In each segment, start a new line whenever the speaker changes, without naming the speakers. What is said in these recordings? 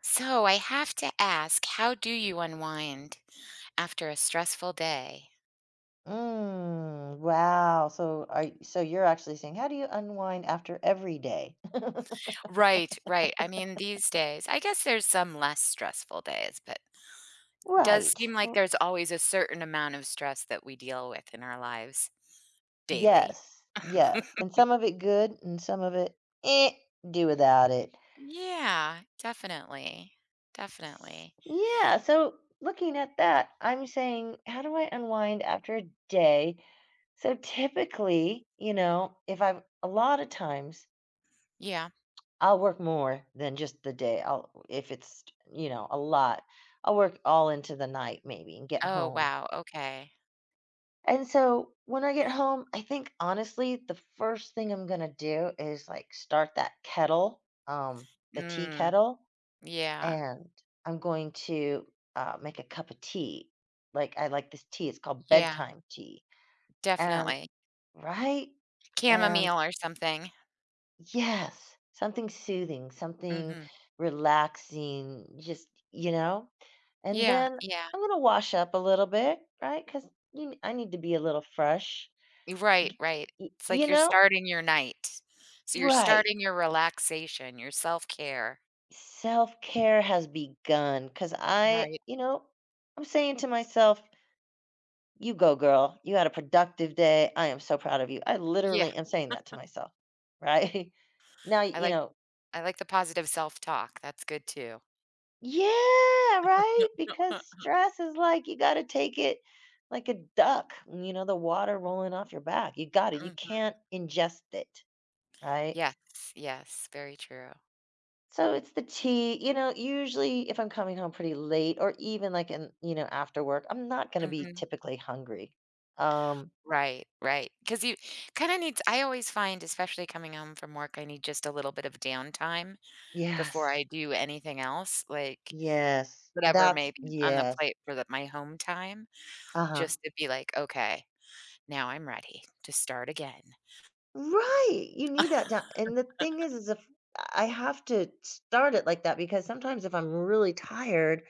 So I have to ask, how do you unwind after a stressful day?
Mm, wow. So are y so you're actually saying, "How do you unwind after every day?"
Right, right. I mean, these days, I guess there's some less stressful days, but it does
Right.
seem like
R
there's always a certain amount of stress that we deal with in our lives daily.
Yes, yes, and some of it good and some of it, "Eh, do without it."
Yeah, definitely.
S
Definitely.
yeah, so looking at that, I'm saying, "How do I unwind after a day?" So typically, you know, if I've a lot of times,
Yeah.
I'll work more than just the day. I'll If it's, you know, a lot, I'll work all into the night maybe and get
Oh,
home.
wow. Okay.
And so when I get home, I think honestly, the first thing I'm gonna do is like start that kettle, the tea
Mm,
kettle,
yeah.
and I'm going to make a cup of tea. Like I like this tea. It's called
Yeah,
bedtime tea. And
definitely.
right? And
Chamomile or something.
yes, something soothing, something
Hmm
relaxing, just, you know? And
Yeah,
then
yeah.
I'm gonna wash up a little bit, right? Because I need to be a little fresh.
Right, right.
y-
It's
you
like you're
know
starting your night. So you're
Right.
starting your relaxation, your self-care.
Self-care has begun 'cause
Right.
I, you know, I'm saying to myself, "You go, girl. You had a productive day. I am so proud of you." I
Yeah,
literally am saying that to myself, right? Now,
I
you
like
know.
I like the positive self-talk. That's good too.
Yeah, right? Because
Huh,
stress is like you gotta take it like a duck, you know, the water rolling off your back. You got it. You
mhm.
can't ingest it, right?
Yes, yes, very true.
So it's the tea, you know, usually if I'm coming home pretty late or even like in, you know, after work, I'm not going to be
Mhm.
typically hungry. Um,
Right, right. Because you kinda need I always find, especially coming home from work, I need just a little bit of downtime before
yes.
I do anything else, like,
Yes.
whatever
That's
may be on the
yes.
plate for the my home time,
Uh-huh.
just to be like, "Okay, now I'm ready to start again."
Right. You need that down. And the thing is if I have to start it like that because sometimes if I'm really tired,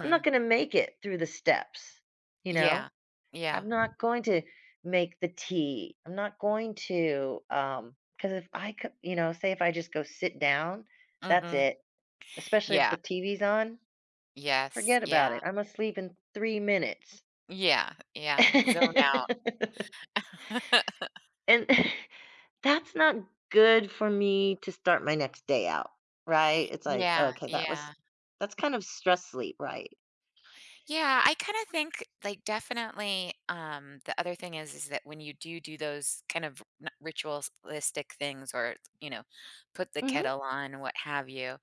I'm not going to make it through the steps, you know?
Yeah. Yeah.
I'm not going to make the tea. I'm not going to, because if I could, you know, say if I just go sit down, that's
Mhm.
it. Especially if the
Yeah.
TV's on,
Yes.
forget
Yeah.
about it. I'm asleep in 3 minutes.
Yeah. Yeah. Zone out.
And that's not good for me to start my next day out, right? It's like,
Yeah.
okay, that was,
Yeah.
that's kind of stress sleep, right?
Yeah, I kind of think like definitely the other thing is that when you do do those kind of ritualistic things or you know put the
Hmm.
kettle on what have you.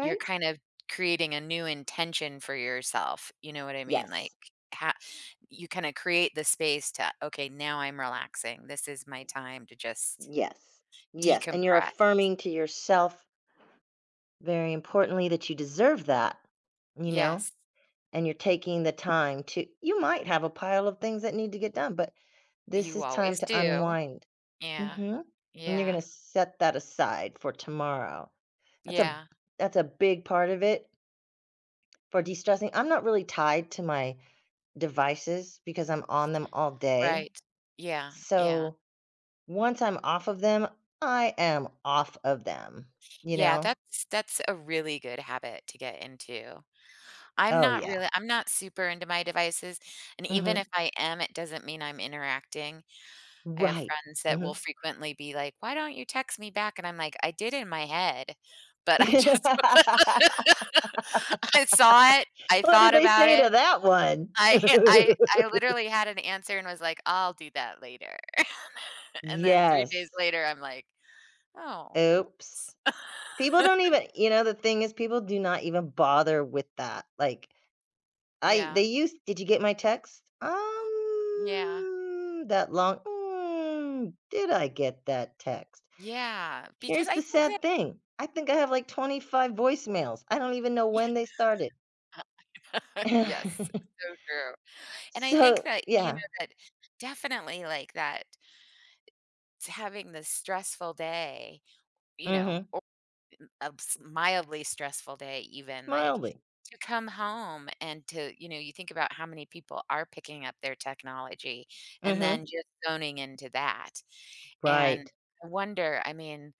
You're kind of creating a new intention for yourself, you know what I mean? Like,
Yes,
ha you kinda create the space to, "Okay, now I'm relaxing. This is my time to just
yes, yes. And you're
decompress."
affirming to yourself, very importantly, that you deserve that, you know,
Yes,
and you're taking the time to. You might have a pile of things that need to get done, but this
you
is time
always
to
do.
unwind.
Yeah,
Mhm. And you're
yeah,
gonna set that aside for tomorrow. That's a
yeah,
that's a big part of it for de-stressing. I'm not really tied to my devices because I'm on them all day.
right. Yeah, yeah.
So once I'm off of them, I am off of them, you
Yeah,
know?
that's a really good habit to get into. I'm
Oh,
not
yeah.
really I'm not super into my devices, and even
Mhm.
if I am, it doesn't mean I'm interacting. I have
Right.
friends that will
Mhm.
frequently be like, "Why don't you text me back?" And I'm like, "I did in my head, but I just." I saw it, I
What did
thought
they
about
say to
it.
that one?
I I literally had an answer and was like, "I'll do that later." And then 3 days
Yes.
later, I'm like, "Oh, oops."
Oops. People don't even you know, the thing is people do not even bother with that. Like, I
Yeah.
they use, "Did you get my text?"
Yeah.
That long, "Mm, did I get that text?"
Yeah, because
Here's
I
the
think that.
sad thing, I think I have, like, 25 voicemails. I don't even know when they
Yeah.
started.
Yes, so true. And I think
So,
that, you
yeah.
know, that definitely like that, having this stressful day, you know,
Mhm.
or a s mildly stressful day even, like,
Mildly.
to come home and to, you know, you think about how many people are picking up their technology and then
Mhm.
just zoning into that, and
Right.
I wonder, I mean,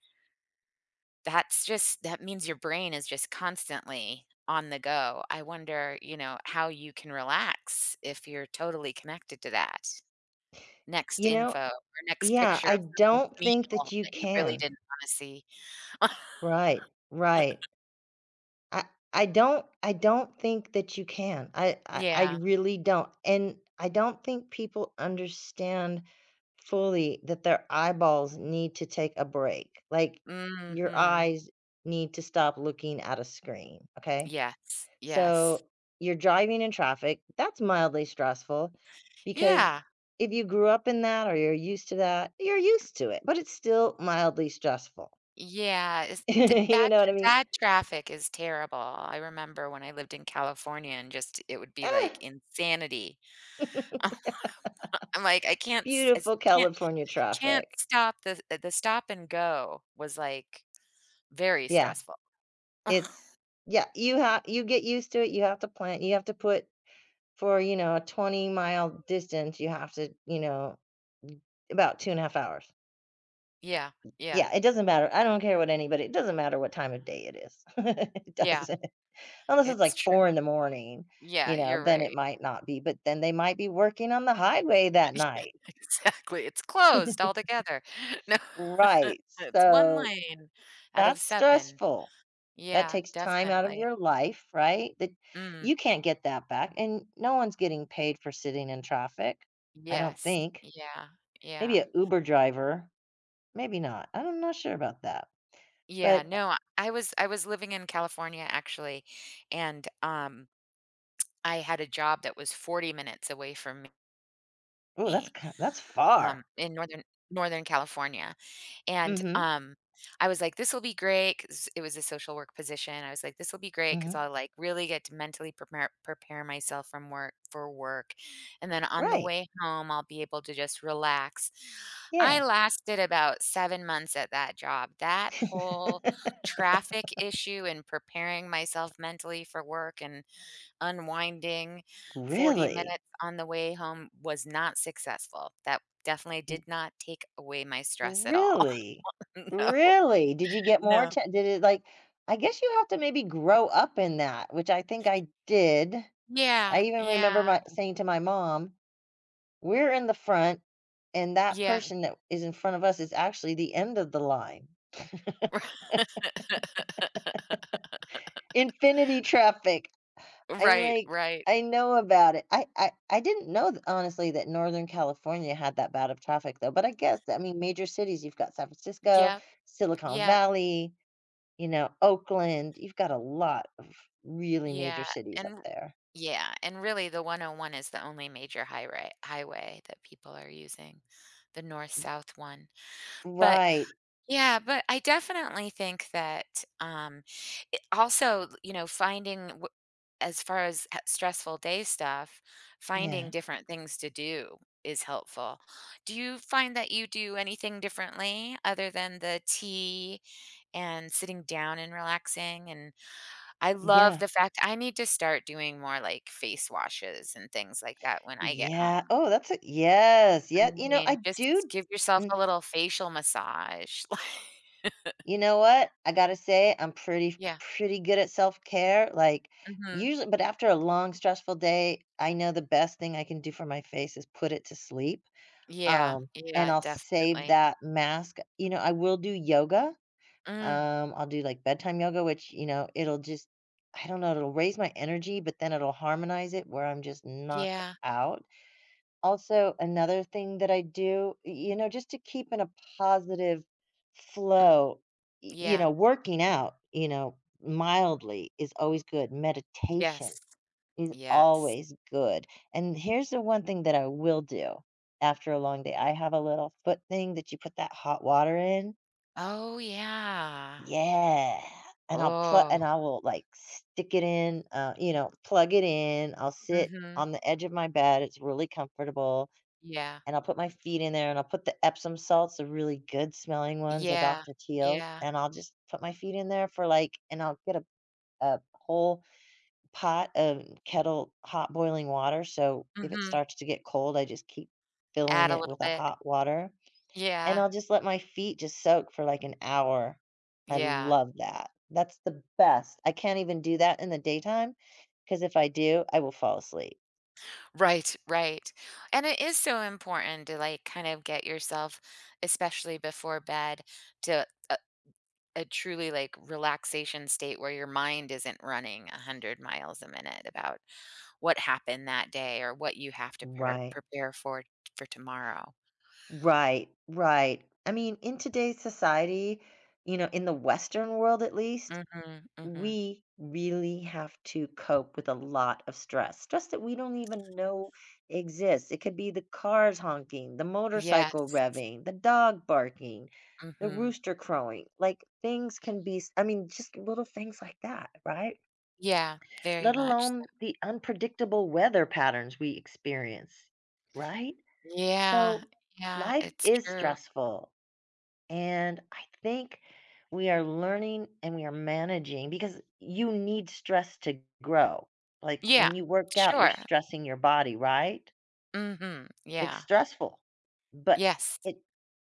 that's just that means your brain is just constantly on the go. I wonder, you know, how you can relax if you're totally connected to that next
You know.
info or next
Yeah,
picture
I
of someone's
don't think that
meal
you
that you really
can.
didn't wanna see.
Right, right. I I don't think that you can. I
Yeah.
really don't. And I don't think people understand fully that their eyeballs need to take a break. Like your
Mhm.
eyes need to stop looking at a screen, okay?
Yes, yes.
So you're driving in traffic, that's mildly stressful because
Yeah,
if you grew up in that or you're used to that, you're used to it, but it's still mildly stressful.
yeah, it's t
You
bad
know what I mean?
bad traffic is terrible. I remember when I lived in California and just it would be, like,
Ah,
insanity. I'm like, "I can't s I s-
beautiful California
can't
traffic.
stop the stop and go" was, like, very
Yeah,
stressful.
it's yeah, you get used to it, you have to plan, you have to put for, you know, a 20-mile distance, you have to, you know, about 2.5 hours.
Yeah, yeah,
Yeah, it doesn't matter. I don't care what anybody, it doesn't matter what time of day it is. It
yeah.
doesn't. Unless it's
It's
like
true.
4 in the morning, you
Yeah,
know,
you're
then it
right.
might not be, but then they might be working on the highway that night.
Exactly, it's closed altogether. No,
Right.
it's 1
So
lane out of
that's
7.
stressful. That
Yeah,
takes time out of
definitely.
your life, right? That
Mm,
you can't get that back. And no one's getting paid for sitting in traffic. I don't
yes.
think.
Yeah,
Maybe
yeah.
a Uber driver. Maybe not. I'm not sure about that.
Yeah,
But
no, I was living in California actually, and I had a job that was 40 minutes away from
oh, that's
me,
ki that's far.
in Northern California.
Mm.
And
Mhm.
I was like, this will be great 'cause it was a social work position. I was like, this will be
Mm.
great because
Mhm.
I'll like really get to mentally prepare myself from work for work, and then on the
Right.
way home, I'll be able to just relax. I
Yeah.
lasted about 7 months at that job. That whole traffic issue and preparing myself mentally for work and unwinding 40
Really?
minutes on the way home was not successful. That definitely did not take away my stress at all.
Really?
No.
Really? Did you get more
No.
atten did it, like I guess you have to maybe grow up in that, which I think I did. I
Yeah,
even remember
yeah,
my saying to my mom, "We're in the front, and that
yeah.
person that is in front of us is actually the end of the line." Infinity traffic. I'm
Right,
like,
right.
I know about it. I didn't know th honestly that Northern California had that bad of traffic though, but I guess, I mean, major cities, you've got San Francisco,
Yep,
Silicon
yep,
Valley, you know, Oakland, you've got a lot of really major
yeah,
cities up
and
there.
yeah, and really the 101 is the only major highway that people are using, the north-south one, but.
Right.
Yeah, but I definitely think that it also, you know, finding as far as stressful day stuff, finding
Yeah.
different things to do is helpful. Do you find that you do anything differently other than the tea and sitting down and relaxing? And I love
Yeah.
the fact I need to start doing more like face washes and things like that when I get
Yeah.
home.
Oh, that's a yes. Yeah.
I
You know, I
mean, just
do.
give yourself
mm,
a little facial massage.
You know what? I gotta say, I'm pretty
Yeah.
pretty good at self care. Like
hmm
usually, but after a long stressful day, I know the best thing I can do for my face is put it to sleep.
Yeah,
Um, and
yeah,
I'll save
definitely.
that mask. You know, I will do yoga.
Mm,
I'll do, like, bedtime yoga, which, you know, it'll just, I don't know, it'll raise my energy, but then it'll harmonize it where I'm just knocked
yeah,
out. Also, another thing that I do, y you know, just to keep in a positive
mm,
flow, y you
yeah,
know, working out, you know, mildly is always good. Meditation
yes,
is
yes.
always good, and here's the one thing that I will do after a long day. I have a little foot thing that you put that hot water in,
Oh, yeah.
yeah, and I'll put,
Oh,
and I will, like, stick it in, you know, plug it in, I'll sit
mhm,
on the edge of my bed, it's really comfortable,
yeah,
and I'll put my feet in there, and I'll put the Epsom salts, the really good smelling ones, the
yeah,
Dr. Teal's,
yeah,
and I'll just put my feet in there for, like, and I'll get a whole pot of kettle hot boiling water, so if it
mhm.
starts to get cold, I just keep filling
Add a
it
little
with a
bit.
hot water. And
Yeah,
I'll just let my feet just soak for, like, an hour. I
yeah.
love that. That's the best. I can't even do that in the daytime because if I do, I will fall asleep.
Right, right. And it is so important to, like, kind of get yourself, especially before bed, to a truly, like, relaxation state where your mind isn't running 100 miles a minute about what happened that day or what you have to
Right.
prepare for tomorrow.
Right, right. I mean, in today's society, you know, in the Western world at least,
Mhm, mhm.
we really have to cope with a lot of stress, stress that we don't even know exists. It could be the cars honking, the motorcycle
Yes.
revving, the dog barking, the
Mhm.
rooster crowing. Like things can be, I mean, just little things like that, right?
Yeah, very
Let
much so.
alone the unpredictable weather patterns we experience, right?
Yeah,
So
yeah,
life
it's
is
true.
stressful, and I think we are learning and we are managing because you need stress to grow. Like
Yeah,
when you work out, you're
sure.
stressing your body, right?
Mhm,
It's
yeah.
stressful, but
Yes.
it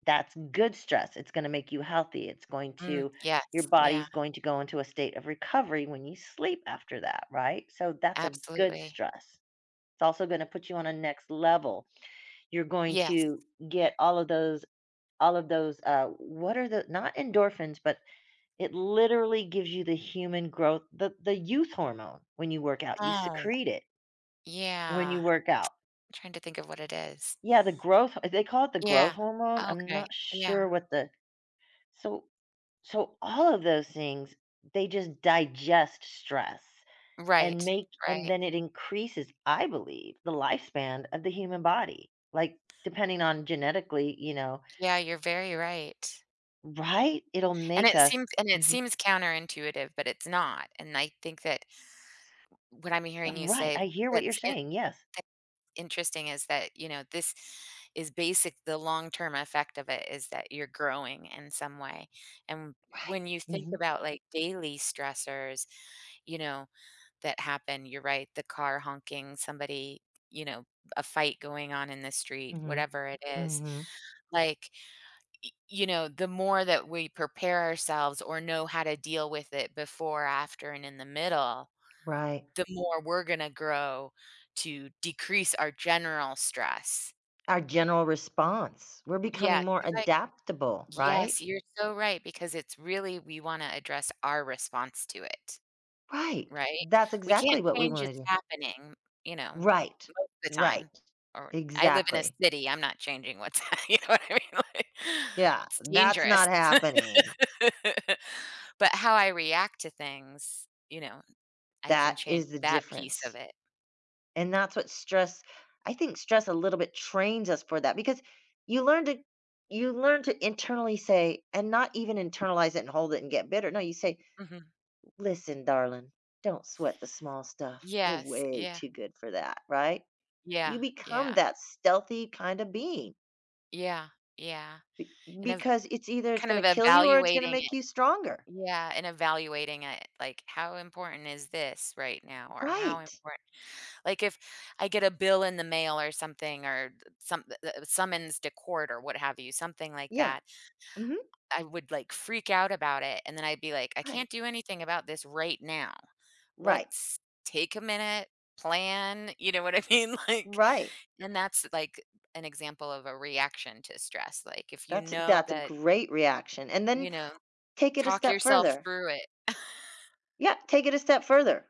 that's good stress. It's going to make you healthy. It's going
Mm,
to
yes,
your
yeah,
body's going to go into a state of recovery when you sleep after that, right? So that's a good
absolutely.
stress. It's also going to put you on a next level. You're going
Yes.
to get all of those what are the, not endorphins, but it literally gives you the human growth, the youth hormone when you work out. You
Oh,
secrete it when you
yeah. I'm
work out.
trying to think of what it is.
Yeah, the growth, they call it the growth
Yeah.
hormone. I'm
Okay,
not
yeah.
sure what the, so so all of those things, they just digest stress, and
Right,
make and
right.
then it increases, I believe, the lifespan of the human body. Like depending on genetically, you know,
Yeah, you're very right.
right? It'll
And
make
it
us.
seems and it
Mhm.
seems counterintuitive, but it's not, and I think that what I'm hearing you
Right.
say
I hear what you're
that's in
saying. Yes.
that's interesting is that, you know, this is basic the long-term effect of it is that you're growing in some way, and when you think
Mhm.
about, like, daily stressors, you know, that happen, you're right, the car honking, somebody, you know, a fight going on in the street,
Mhm.
whatever it is,
Mhm.
like, you know, the more that we prepare ourselves or know how to deal with it before, after, and in the middle,
Right.
the more we're going to grow to decrease our general stress.
Our general response. We're
Yeah,
becoming more
because I,
adaptable, right?
yes, you're so right, because it's really, we want to address our response to it,
Right.
right?
That's
We can't
exactly what we
change
want
it's
to do.
happening, you know,
Right.
most of the
Right.
time. Or I live in a
Exactly.
city, I'm not changing what's, you know what I mean? Like,
Yeah.
it's
That's
dangerous.
not happening.
But how I react to things, you know, I can
That
change
is the
that piece
difference.
of it.
And that's what stress, I think stress a little bit trains us for that because you learn to, you learn to internally say, and not even internalize it and hold it and get bitter. No, you say,
Mhm.
listen, darling, don't sweat the small stuff. We're
Yes,
way
yeah,
too good for that, right? You
yeah,
become
yeah,
that stealthy kind of being
yeah, yeah, and ev
because it's either it's
kind
going to
of
kill you or it's going to
evaluating
make
it.
you stronger.
Yeah, and evaluating it, like, how important is this right now or how
Right.
important, like, if I get a bill in the mail or something or th some summons to court or what have you, something like
Yeah.
that,
Hmm.
I would, like, freak out about it, and then I'd be like, "I
Right.
can't do anything about this right now."
Right.
Let's take a minute, plan, you know what I mean? Like,
Right.
and that's like an example of a reaction to stress. Like, if you
That's
know
that's a
that,
great reaction. And
you
then
know,
take it a
talk
step
yourself
further.
through it.
Yeah, take it a step further.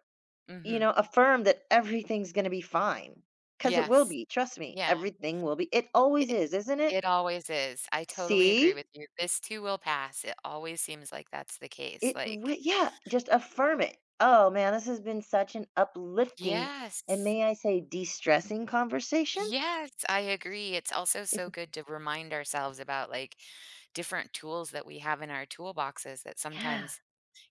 You know,
hmm
affirm that everything's going to be fine because it will
Yes.
be. Trust me,
Yeah.
everything will be. It always
It,
is, isn't it?
it always is. I totally agree
See?
with you. This too will pass. It always seems like that's the case.
It
Like,
re yeah, just affirm it. Oh, man, this has been such an uplifting and
yes.
may I say de-stressing conversation.
Yes, I agree. It's also so good to remind ourselves about like different tools that we have in our toolboxes that
Yeah,
sometimes,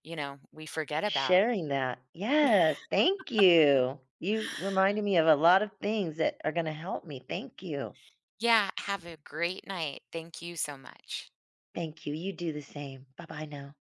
you know, we forget about.
sharing that. Yes, thank you. You reminded me of a lot of things that are gonna help me. Thank you.
Yeah, have a great night. Thank you so much.
Thank you. You do the same. Bye-bye now.